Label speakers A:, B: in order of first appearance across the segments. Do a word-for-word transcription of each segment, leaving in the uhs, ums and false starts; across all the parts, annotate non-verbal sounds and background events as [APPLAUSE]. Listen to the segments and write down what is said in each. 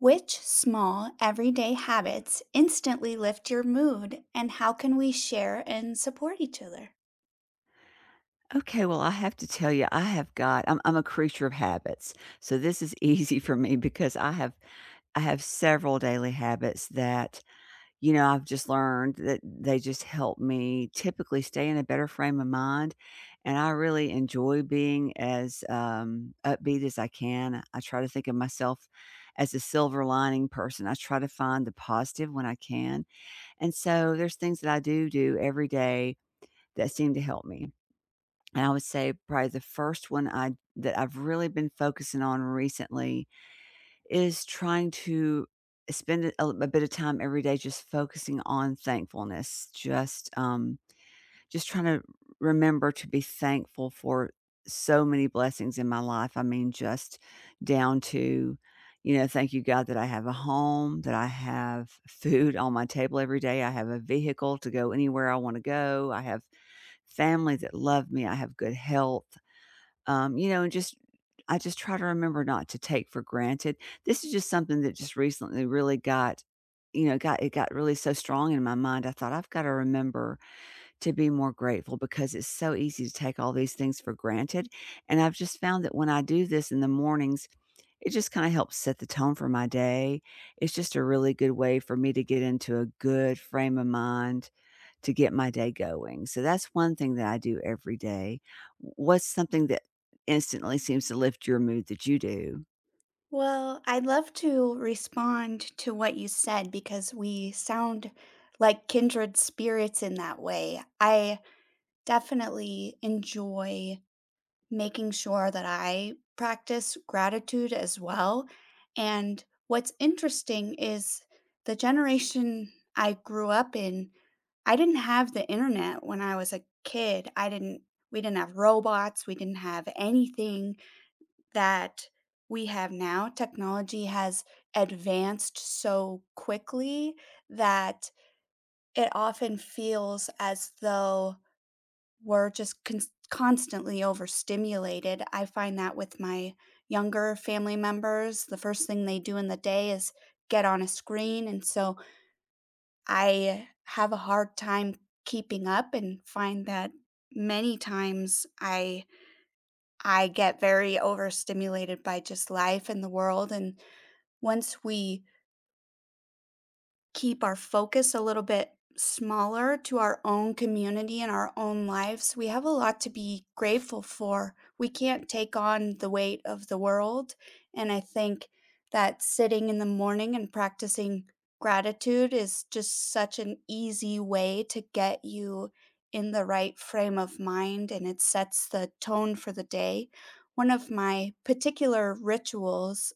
A: Which small, everyday habits instantly lift your mood, and how can we share and support each other?
B: Okay, well, I have to tell you, I have got I'm I'm a creature of habits. So this is [LAUGHS] easy for me because I have I have several daily habits that, you know, I've just learned that they just help me typically stay in a better frame of mind. And I really enjoy being as um, upbeat as I can. I try to think of myself as a silver lining person. I try to find the positive when I can. And so there's things that I do do every day that seem to help me. And I would say probably the first one I that I've really been focusing on recently is trying to spend a, a bit of time every day just focusing on thankfulness. Just um just trying to remember to be thankful for so many blessings in my life. I mean just down to, you know, thank you God that I have a home, that I have food on my table every day, I have a vehicle to go anywhere I want to go, I have family that love me, I have good health, um, you know, and just I just try to remember not to take for granted. This is just something that just recently really got, you know, got it got really so strong in my mind. I thought I've got to remember to be more grateful because it's so easy to take all these things for granted. And I've just found that when I do this in the mornings, it just kind of helps set the tone for my day. It's just a really good way for me to get into a good frame of mind to get my day going. So that's one thing that I do every day. What's something that instantly seems to lift your mood that you do?
A: Well, I'd love to respond to what you said because we sound like kindred spirits in that way. I definitely enjoy making sure that I practice gratitude as well. And what's interesting is the generation I grew up in, I didn't have the internet when I was a kid. I didn't We didn't have robots, we didn't have anything that we have now. Technology has advanced so quickly that it often feels as though we're just cons constantly overstimulated. I find that with my younger family members, the first thing they do in the day is get on a screen, and so I have a hard time keeping up and find that many times I I get very overstimulated by just life and the world, and once we keep our focus a little bit smaller to our own community and our own lives. We have a lot to be grateful for. We can't take on the weight of the world. And I think that sitting in the morning and practicing gratitude is just such an easy way to get you in the right frame of mind, and it sets the tone for the day. One of my particular rituals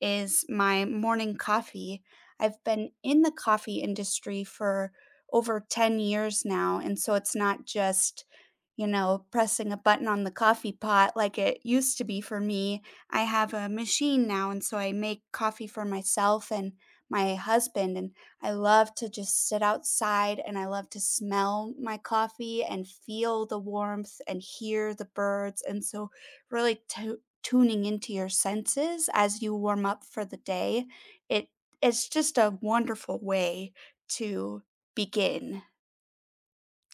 A: is my morning coffee. I've been in the coffee industry for over ten years now, and so it's not just, you know, pressing a button on the coffee pot like it used to be for me. I have a machine now, and so I make coffee for myself and my husband, and I love to just sit outside and I love to smell my coffee and feel the warmth and hear the birds. And so really tu tuning into your senses as you warm up for the day. It it's just a wonderful way to begin.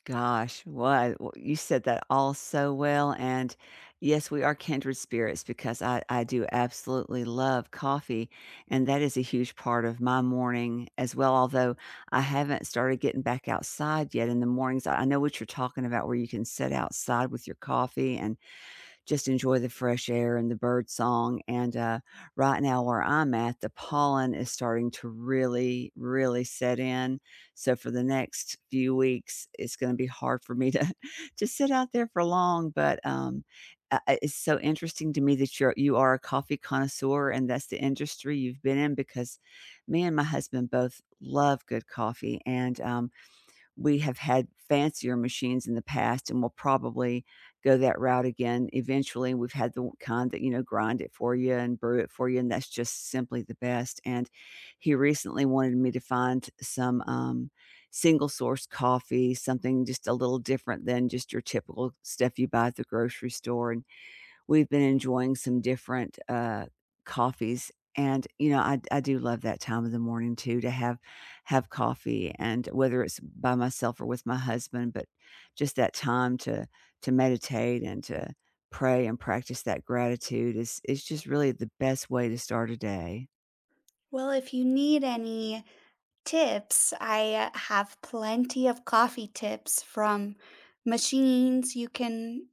B: Gosh, what w you said that all so well, and yes, we are kindred spirits because I I do absolutely love coffee, and that is a huge part of my morning as well, although I haven't started getting back outside yet in the mornings. I I know what you're talking about where you can sit outside with your coffee and just enjoy the fresh air and the bird song, and, uh, right now where I'm at, the pollen is starting to really, really set in, so for the next few weeks, it's gonna be hard for me to [LAUGHS] to sit out there for long, but, um, uh, I it's so interesting to me that you're you are a coffee connoisseur, and that's the industry you've been in because me and my husband both love good coffee, and, um, we have had fancier machines in the past, and we'll probably go that route again eventually. We've had the kind that, you know, grind it for you and brew it for you, and that's just simply the best, and he recently wanted me to find some, um, single source coffee, something just a little different than just your typical stuff you buy at the grocery store. We've been enjoying some different, uh, coffees, and, you know, I I do love that time of the morning too to have have coffee, and whether it's by myself or with my husband, but just that time to to meditate and to pray and practice that gratitude is is just really the best way to start a day.
A: Well, if you need any tips, I uh, have plenty of coffee tips, from machines you can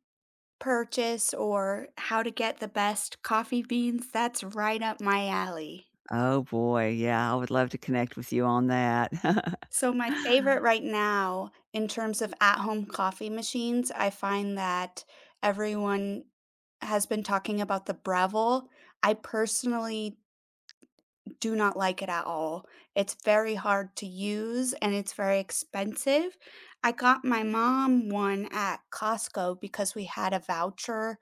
A: purchase or how to get the best coffee beans. That's right up my alley.
B: Oh boy, yeah, I would love to connect with you on that. [LAUGHS]
A: So my favorite right now in terms of at-home coffee machines, I find that everyone has been talking about the Breville. I personally do not like it at all. It's very hard to use and it's very expensive. I got my mom one at Costco because we had a voucher.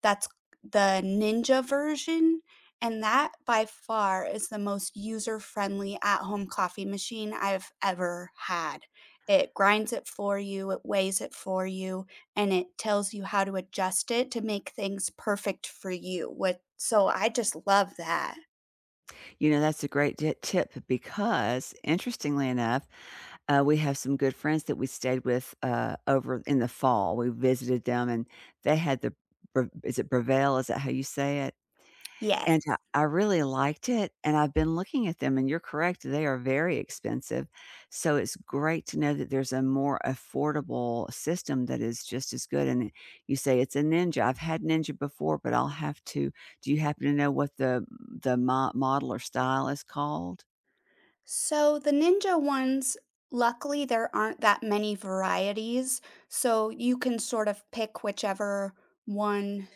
A: That's the Ninja version, and that by far is the most user-friendly at-home coffee machine I've ever had. It grinds it for you, it weighs it for you, and it tells you how to adjust it to make things perfect for you. What So I just love that.
B: You know, that's a great di tip because, interestingly enough, uh, we have some good friends that we stayed with, uh, over in the fall. We visited them, and they had the Bre is it Brevel? Is that how you say it?
A: Yes.
B: And I I really liked it, and I've been looking at them, and you're correct, they are very expensive. So it's great to know that there's a more affordable system that is just as good, and you say it's a Ninja. I've had Ninja before, but I'll have to, do you happen to know what the the mo model or style is called?
A: So the Ninja ones, luckily there aren't that many varieties, so you can sort of pick whichever one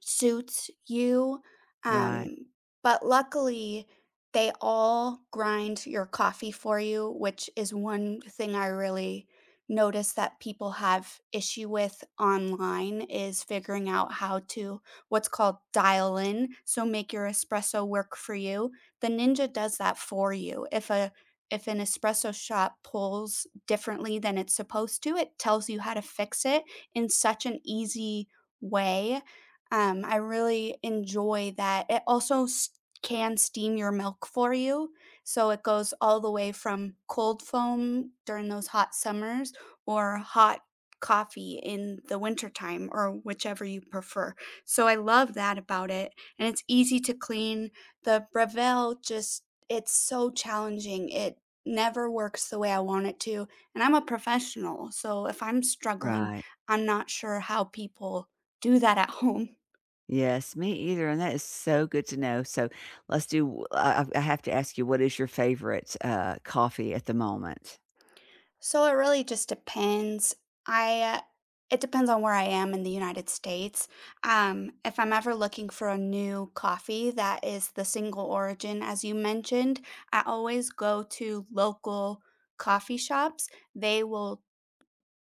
A: suits you,
B: Right,
A: um, but luckily, they all grind your coffee for you, which is one thing I really notice that people have issue with online, is figuring out how to, what's called, dial in, so make your espresso work for you. The Ninja does that for you. If a if an espresso shop pulls differently than it's supposed to, it tells you how to fix it in such an easy way. um, I really enjoy that. It also s can steam your milk for you, so it goes all the way from cold foam during those hot summers or hot coffee in the wintertime, or whichever you prefer. So I love that about it, and it's easy to clean. The Breville, just it's so challenging. It never works the way I want it to, and I'm a professional, so if I'm struggling,
B: right.
A: I'm not sure how people do that at [LAUGHS] home.
B: Yes, me either, and that is so good to know. So let's do, I I have to ask you, what is your favorite, uh, coffee at the moment?
A: So it really just depends. I uh, It depends on where I am in the United States. Um, if I'm ever looking for a new coffee that is the single origin, as you mentioned, I always go to local coffee shops. They will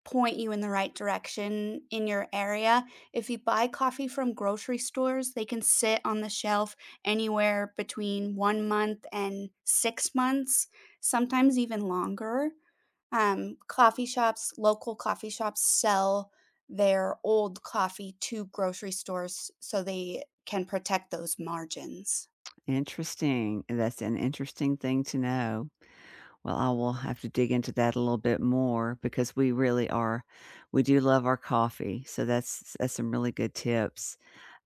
A: point you in the right direction in your area. If you buy coffee from grocery stores, they can sit on the shelf anywhere between one month and six months, sometimes even longer. Um, coffee shops, local coffee shops, sell their old coffee to grocery stores so they can protect those margins.
B: Interesting. That's an interesting thing to know. Well, I will have to dig into that a little bit more because we really are, we do love our coffee. So that's that's some really good tips.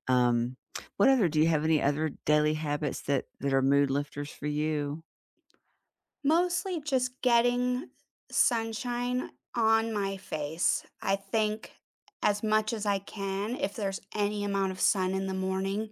B: Um, what other, do you have any other daily habits that that are mood lifters for you?
A: Mostly just getting sunshine on my face. I think as much as I can, if there's any amount of sun in the morning,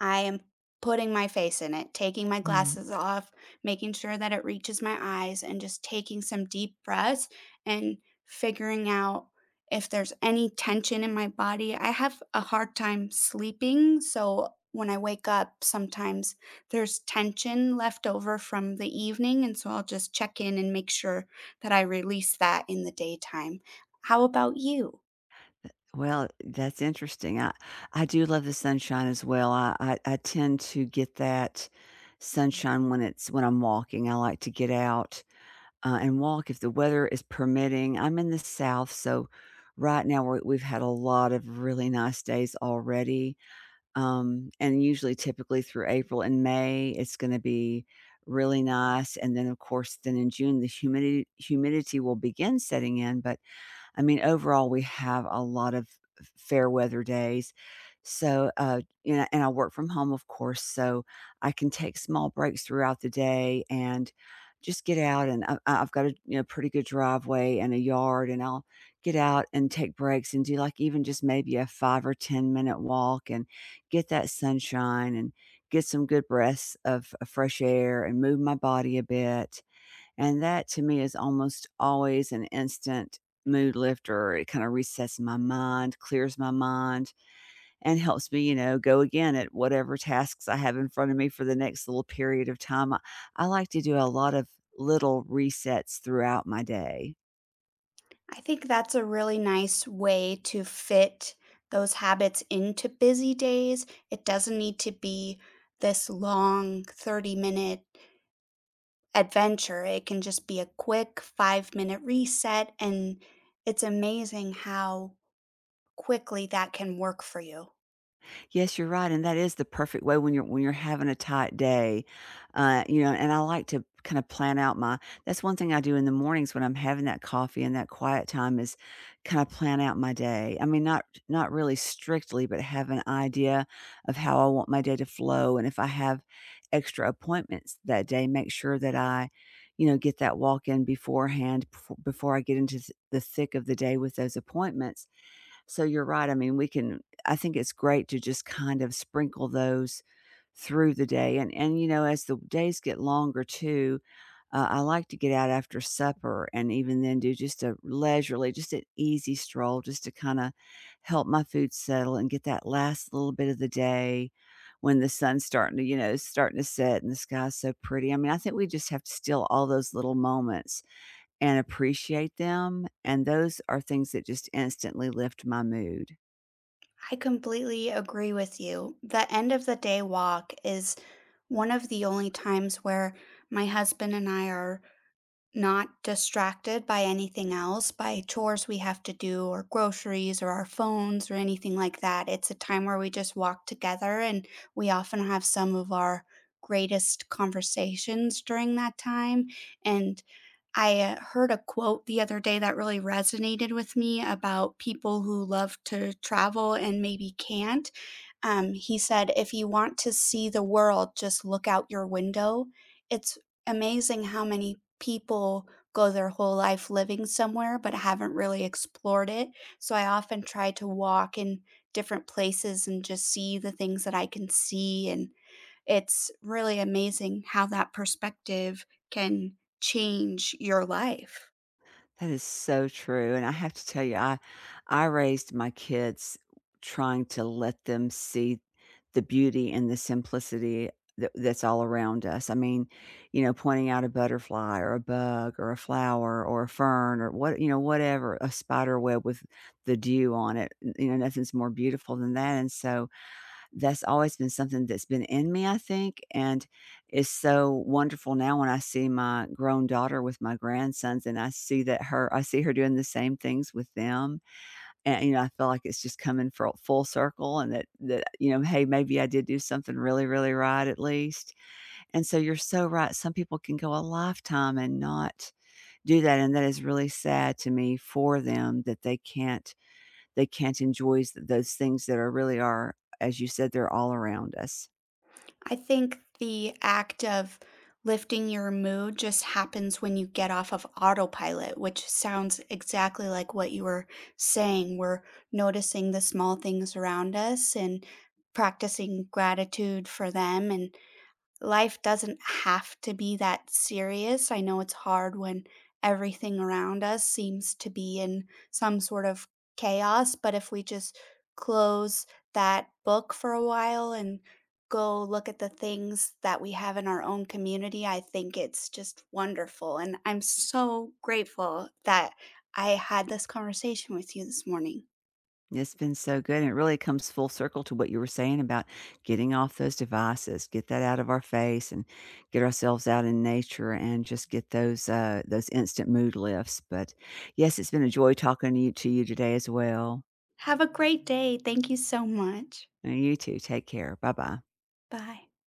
A: I am putting my face in it, taking my
B: Mm.
A: glasses off, making sure that it reaches my eyes, and just taking some deep breaths and figuring out if there's any tension in my body. I have a hard time sleeping, so when I wake up, sometimes there's tension left over from the evening, and so I'll just check in and make sure that I release that in the daytime. How about you?
B: Well, that's interesting. I I do love the sunshine as well. I I, I tend to get that sunshine when it's when I'm walking. I like to get out uh, and walk if the weather is permitting. I'm in the South, so right now we're, we've had a lot of really nice days already. Um, and usually, typically through April and May, it's going to be really nice. And then, of course, then in June, the humidity humidity will begin setting in. But I mean, overall, we have a lot of fair weather days. So, uh, you know, and I work from home, of course, so I can take small breaks throughout the day and just get out, and I I I've got a, you know, pretty good driveway and a yard, and I'll get out and take breaks and do, like, even just maybe a five or ten minute walk and get that sunshine and get some good breaths of of fresh air and move my body a bit. And that to me is almost always an instant mood lifter. It kind of resets my mind, clears my mind, and helps me, you know, go again at whatever tasks I have in front of me for the next little period of time. I, I like to do a lot of little resets throughout my day.
A: I think that's a really nice way to fit those habits into busy days. It doesn't need to be this long thirty minute adventure, it can just be a quick five minute reset. And it's amazing how quickly that can work for you.
B: Yes, you're right, and that is the perfect way when you're when you're having a tight day, uh, you know, and I like to kind of plan out my, that's one thing I do in the mornings when I'm having that coffee and that quiet time, is kind of plan out my day. I mean, not not really strictly, but have an idea of how I want my day to flow, and if I have extra appointments that day, make sure that I, you know, get that walk in beforehand before, before I get into th- the thick of the day with those appointments. So you're right. I mean, we can, I think it's great to just kind of sprinkle those through the day. And and, you know, as the days get longer too, uh, I like to get out after supper and even then do just a leisurely, just an easy stroll just to kind of help my food settle and get that last little bit of the day when the sun's starting to, you know, starting to set and the sky's so pretty. I mean, I think we just have to steal all those little moments and appreciate them, and those are things that just instantly lift my mood.
A: I completely agree with you. The end of the day walk is one of the only times where my husband and I are not distracted by anything else, by chores we have to do or groceries or our phones or anything like that. It's a time where we just walk together, and we often have some of our greatest conversations during that time. And I uh, heard a quote the other day that really resonated with me, about people who love to travel and maybe can't. Um, he said, "If you want to see the world, just look out your window." It's amazing how many people go their whole life living somewhere but haven't really explored it. So I often try to walk in different places and just see the things that I can see. And it's really amazing how that perspective can change your life.
B: That is so true, and I have to tell you, I I raised my kids trying to let them see the beauty and the simplicity that that's all around us. I mean, you know, pointing out a butterfly or a bug or a flower or a fern or what, you know, whatever, a spider web with the dew on it, you know, nothing's more beautiful than that, and so that's always been something that's been in me, I think, and is so wonderful now when I see my grown daughter with my grandsons, and I see that her I see her doing the same things with them, and, you know, I feel like it's just coming for full circle, and that that, you know, "Hey, maybe I did do something really, really right at least." And so you're so right, some people can go a lifetime and not do that, and that is really sad to me for them that they can't, they can't enjoy s those things that are really are, as you said, they're all around us.
A: I think the act of lifting your mood just happens when you get off of autopilot, which sounds exactly like what you were saying. We're noticing the small things around us and practicing gratitude for them, and life doesn't have to be that serious. I know it's hard when everything around us seems to be in some sort of chaos, but if we just close that book for a while and go look at the things that we have in our own community, I think it's just wonderful. And I'm so grateful that I had this conversation with you this morning.
B: It's been so good. And it really comes full circle to what you were saying about getting off those devices, get that out of our face and get ourselves out in nature and just get those uh those instant mood lifts. But yes, it's been a joy talking to you to you today as well.
A: Have a great day. Thank you so much.
B: And you too. Take care. Bye bye.
A: Bye.